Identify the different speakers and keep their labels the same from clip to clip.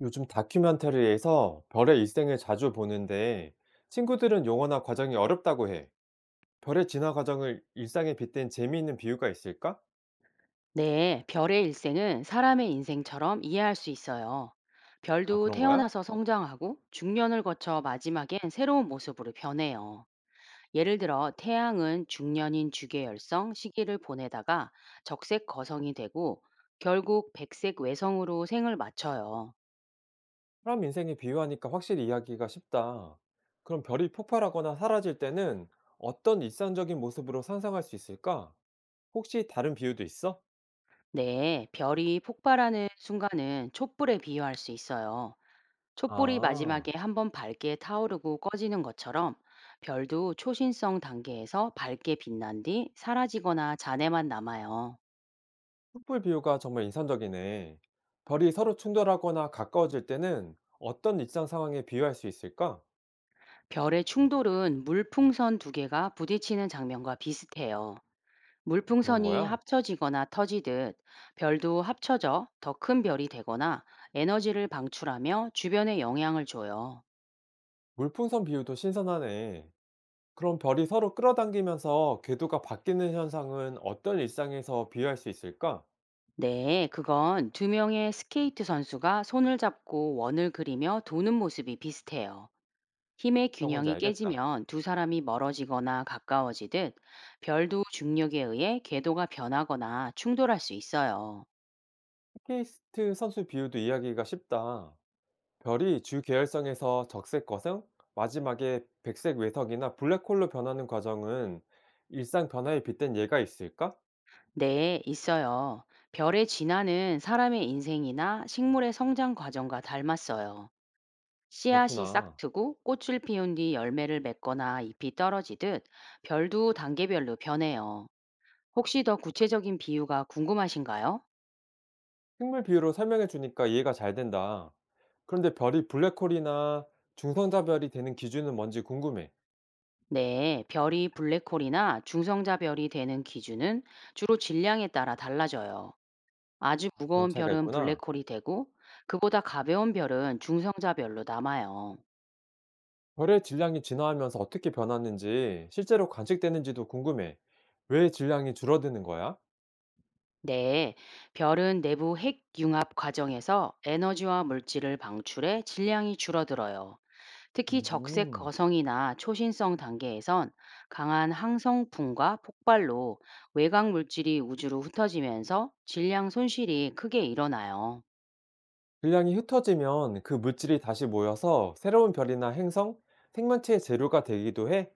Speaker 1: 요즘 다큐멘터리에서 별의 일생을 자주 보는데 친구들은 용어나 과정이 어렵다고 해. 별의 진화 과정을 일상에 빗댄 재미있는 비유가 있을까?
Speaker 2: 네, 별의 일생은 사람의 인생처럼 이해할 수 있어요.
Speaker 1: 아,
Speaker 2: 별도
Speaker 1: 그런 거야?
Speaker 2: 태어나서 성장하고 중년을 거쳐 마지막엔 새로운 모습으로 변해요. 예를 들어 태양은 중년인 주계열성 시기를 보내다가 적색 거성이 되고 결국 백색 외성으로 생을 마쳐요.
Speaker 1: 사람 인생에 비유하니까 확실히 이야기가 쉽다. 그럼 별이 폭발하거나 사라질 때는 어떤 일상적인 모습으로 상상할 수 있을까? 혹시 다른 비유도 있어?
Speaker 2: 네, 별이 폭발하는 순간은 촛불에 비유할 수 있어요. 촛불이 마지막에
Speaker 1: 아,
Speaker 2: 한번 밝게 타오르고 꺼지는 것처럼 별도 초신성 단계에서 밝게 빛난 뒤 사라지거나 잔해만 남아요.
Speaker 1: 촛불 비유가 정말 인상적이네. 별이 서로 충돌하거나 가까워질 때는 어떤 일상 상황에 비유할 수 있을까?
Speaker 2: 별의 충돌은 물풍선 두 개가 부딪히는 장면과 비슷해요.
Speaker 1: 그런
Speaker 2: 물풍선이
Speaker 1: 거야?
Speaker 2: 합쳐지거나 터지듯 별도 합쳐져 더 큰 별이 되거나 에너지를 방출하며 주변에 영향을 줘요.
Speaker 1: 물풍선 비유도 신선하네. 그럼 별이 서로 끌어당기면서 궤도가 바뀌는 현상은 어떤 일상에서 비유할 수 있을까?
Speaker 2: 네, 그건 두 명의 스케이트 선수가 손을 잡고 원을 그리며 도는 모습이 비슷해요. 힘의
Speaker 1: 어떤 건지
Speaker 2: 균형이
Speaker 1: 알겠다.
Speaker 2: 깨지면 두 사람이 멀어지거나 가까워지듯 별도 중력에 의해 궤도가 변하거나 충돌할 수 있어요.
Speaker 1: 스케이트 선수 비유도 이해하기가 쉽다. 별이 주 계열성에서 적색 거성, 마지막에 백색 외석이나 블랙홀로 변하는 과정은 일상 변화에 빗댄 예가 있을까?
Speaker 2: 네, 있어요. 별의 진화는 사람의 인생이나 식물의 성장 과정과 닮았어요. 씨앗이
Speaker 1: 그렇구나.
Speaker 2: 싹트고 꽃을 피운 뒤 열매를 맺거나 잎이 떨어지듯 별도 단계별로 변해요. 혹시 더 구체적인 비유가 궁금하신가요?
Speaker 1: 식물 비유로 설명해 주니까 이해가 잘 된다. 그런데 별이 블랙홀이나 중성자별이 되는 기준은 뭔지 궁금해.
Speaker 2: 네, 별이 블랙홀이나 중성자 별이 되는 기준은 주로 질량에 따라 달라져요. 아주
Speaker 1: 그런
Speaker 2: 무거운
Speaker 1: 차이가
Speaker 2: 별은
Speaker 1: 있구나.
Speaker 2: 블랙홀이 되고, 그보다 가벼운 별은 중성자 별로 남아요.
Speaker 1: 별의 질량이 진화하면서 어떻게 변하는지, 실제로 관측되는지도 궁금해. 왜 질량이 줄어드는 거야?
Speaker 2: 네, 별은 내부 핵융합 과정에서 에너지와 물질을 방출해 질량이 줄어들어요. 특히 적색
Speaker 1: 음,
Speaker 2: 거성이나 초신성 단계에선 강한 항성풍과 폭발로 외곽 물질이 우주로 흩어지면서 질량 손실이 크게 일어나요.
Speaker 1: 질량이 흩어지면 그 물질이 다시 모여서 새로운 별이나 행성, 생명체의 재료가 되기도 해.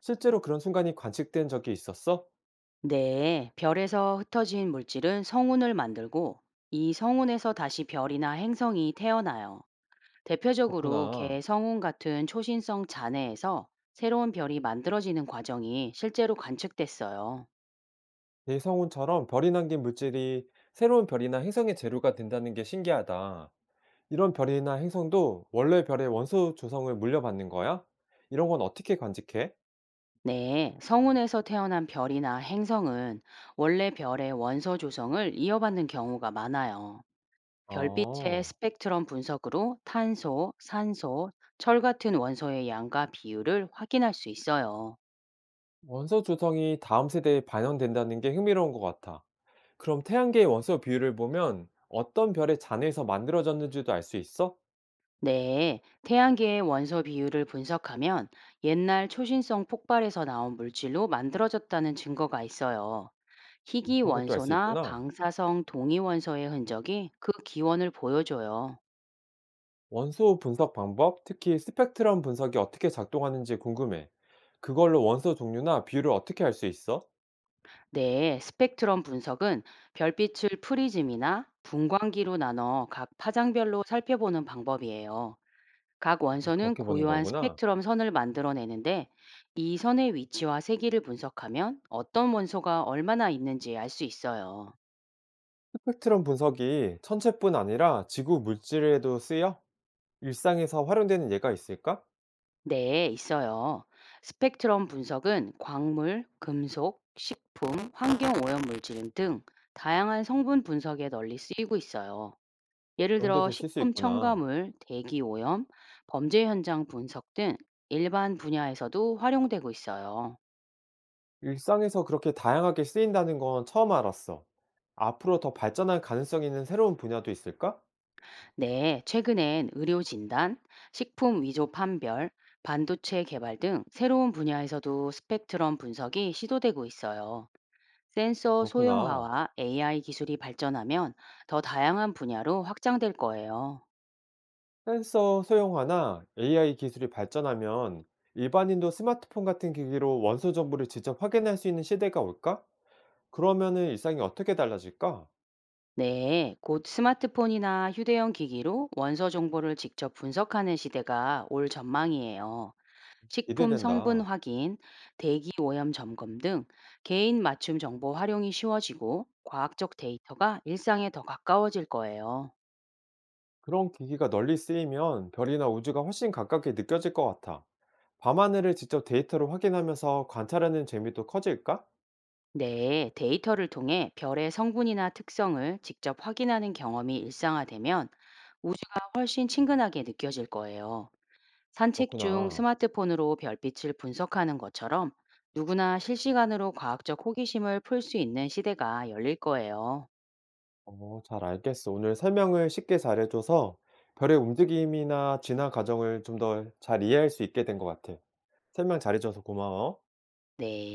Speaker 1: 실제로 그런 순간이 관측된 적이 있었어?
Speaker 2: 네, 별에서 흩어진 물질은 성운을 만들고 이 성운에서 다시 별이나 행성이 태어나요. 대표적으로
Speaker 1: 그렇구나.
Speaker 2: 개성운 같은 초신성 잔해에서 새로운 별이 만들어지는 과정이 실제로 관측됐어요.
Speaker 1: 대성운처럼 별이 남긴 물질이 새로운 별이나 행성의 재료가 된다는 게 신기하다. 이런 별이나 행성도 원래 별의 원소 조성을 물려받는 거야? 이런 건 어떻게 관측해?
Speaker 2: 네, 성운에서 태어난 별이나 행성은 원래 별의 원소 조성을 이어받는 경우가 많아요. 별빛의
Speaker 1: 아.
Speaker 2: 스펙트럼 분석으로 탄소, 산소, 철 같은 원소의 양과 비율을 확인할 수 있어요.
Speaker 1: 원소 조성이 다음 세대에 반영된다는 게 흥미로운 것 같아. 그럼 태양계의 원소 비율을 보면 어떤 별의 잔해에서 만들어졌는지도 알 수 있어?
Speaker 2: 네, 태양계의 원소 비율을 분석하면 옛날 초신성 폭발에서 나온 물질로 만들어졌다는 증거가 있어요. 희귀
Speaker 1: 그런 것도 알 수
Speaker 2: 원소나
Speaker 1: 있구나.
Speaker 2: 방사성 동위 원소의 흔적이 그 기원을 보여줘요.
Speaker 1: 원소 분석 방법, 특히 스펙트럼 분석이 어떻게 작동하는지 궁금해. 그걸로 원소 종류나 비율을 어떻게 알 수 있어?
Speaker 2: 네, 스펙트럼 분석은 별빛을 프리즘이나 분광기로 나눠 각 파장별로 살펴보는 방법이에요. 각 원선은
Speaker 1: 그렇게 보는
Speaker 2: 고요한
Speaker 1: 거구나.
Speaker 2: 스펙트럼 선을 만들어내는데 이 선의 위치와 세기를 분석하면 어떤 원소가 얼마나 있는지 알 수 있어요.
Speaker 1: 스펙트럼 분석이 천체뿐 아니라 지구 물질에도 쓰여? 일상에서 활용되는 예가 있을까?
Speaker 2: 네, 있어요. 스펙트럼 분석은 광물, 금속, 식품, 환경 오염 물질 등 다양한 성분 분석에 널리 쓰이고 있어요. 예를 들어
Speaker 1: 그런데도 쓸 수
Speaker 2: 식품
Speaker 1: 있구나.
Speaker 2: 첨가물, 대기 오염, 범죄 현장 분석 등 일반 분야에서도 활용되고 있어요.
Speaker 1: 일상에서 그렇게 다양하게 쓰인다는 건 처음 알았어. 앞으로 더 발전할 가능성 있는 새로운 분야도 있을까?
Speaker 2: 네, 최근엔 의료 진단, 식품 위조 판별, 반도체 개발 등 새로운 분야에서도 스펙트럼 분석이 시도되고 있어요. 센서
Speaker 1: 그렇구나.
Speaker 2: 소형화와 AI 기술이 발전하면 더 다양한 분야로 확장될 거예요.
Speaker 1: 센서 소형화나 AI 기술이 발전하면 일반인도 스마트폰 같은 기기로 원소 정보를 직접 확인할 수 있는 시대가 올까? 그러면은 일상이 어떻게 달라질까?
Speaker 2: 네, 곧 스마트폰이나 휴대용 기기로 원서 정보를 직접 분석하는 시대가 올 전망이에요. 식품 성분
Speaker 1: 기대된다.
Speaker 2: 확인, 대기 오염 점검 등 개인 맞춤 정보 활용이 쉬워지고 과학적 데이터가 일상에 더 가까워질 거예요.
Speaker 1: 그런 기기가 널리 쓰이면 별이나 우주가 훨씬 가깝게 느껴질 것 같아. 밤하늘을 직접 데이터로 확인하면서 관찰하는 재미도 커질까?
Speaker 2: 네, 데이터를 통해 별의 성분이나 특성을 직접 확인하는 경험이 일상화되면 우주가 훨씬 친근하게 느껴질 거예요. 산책 중
Speaker 1: 그렇구나.
Speaker 2: 스마트폰으로 별빛을 분석하는 것처럼 누구나 실시간으로 과학적 호기심을 풀 수 있는 시대가 열릴 거예요.
Speaker 1: 어, 잘 알겠어. 오늘 설명을 쉽게 잘해줘서 별의 움직임이나 진화 과정을 좀 더 잘 이해할 수 있게 된 것 같아. 설명 잘해줘서 고마워.
Speaker 2: 네.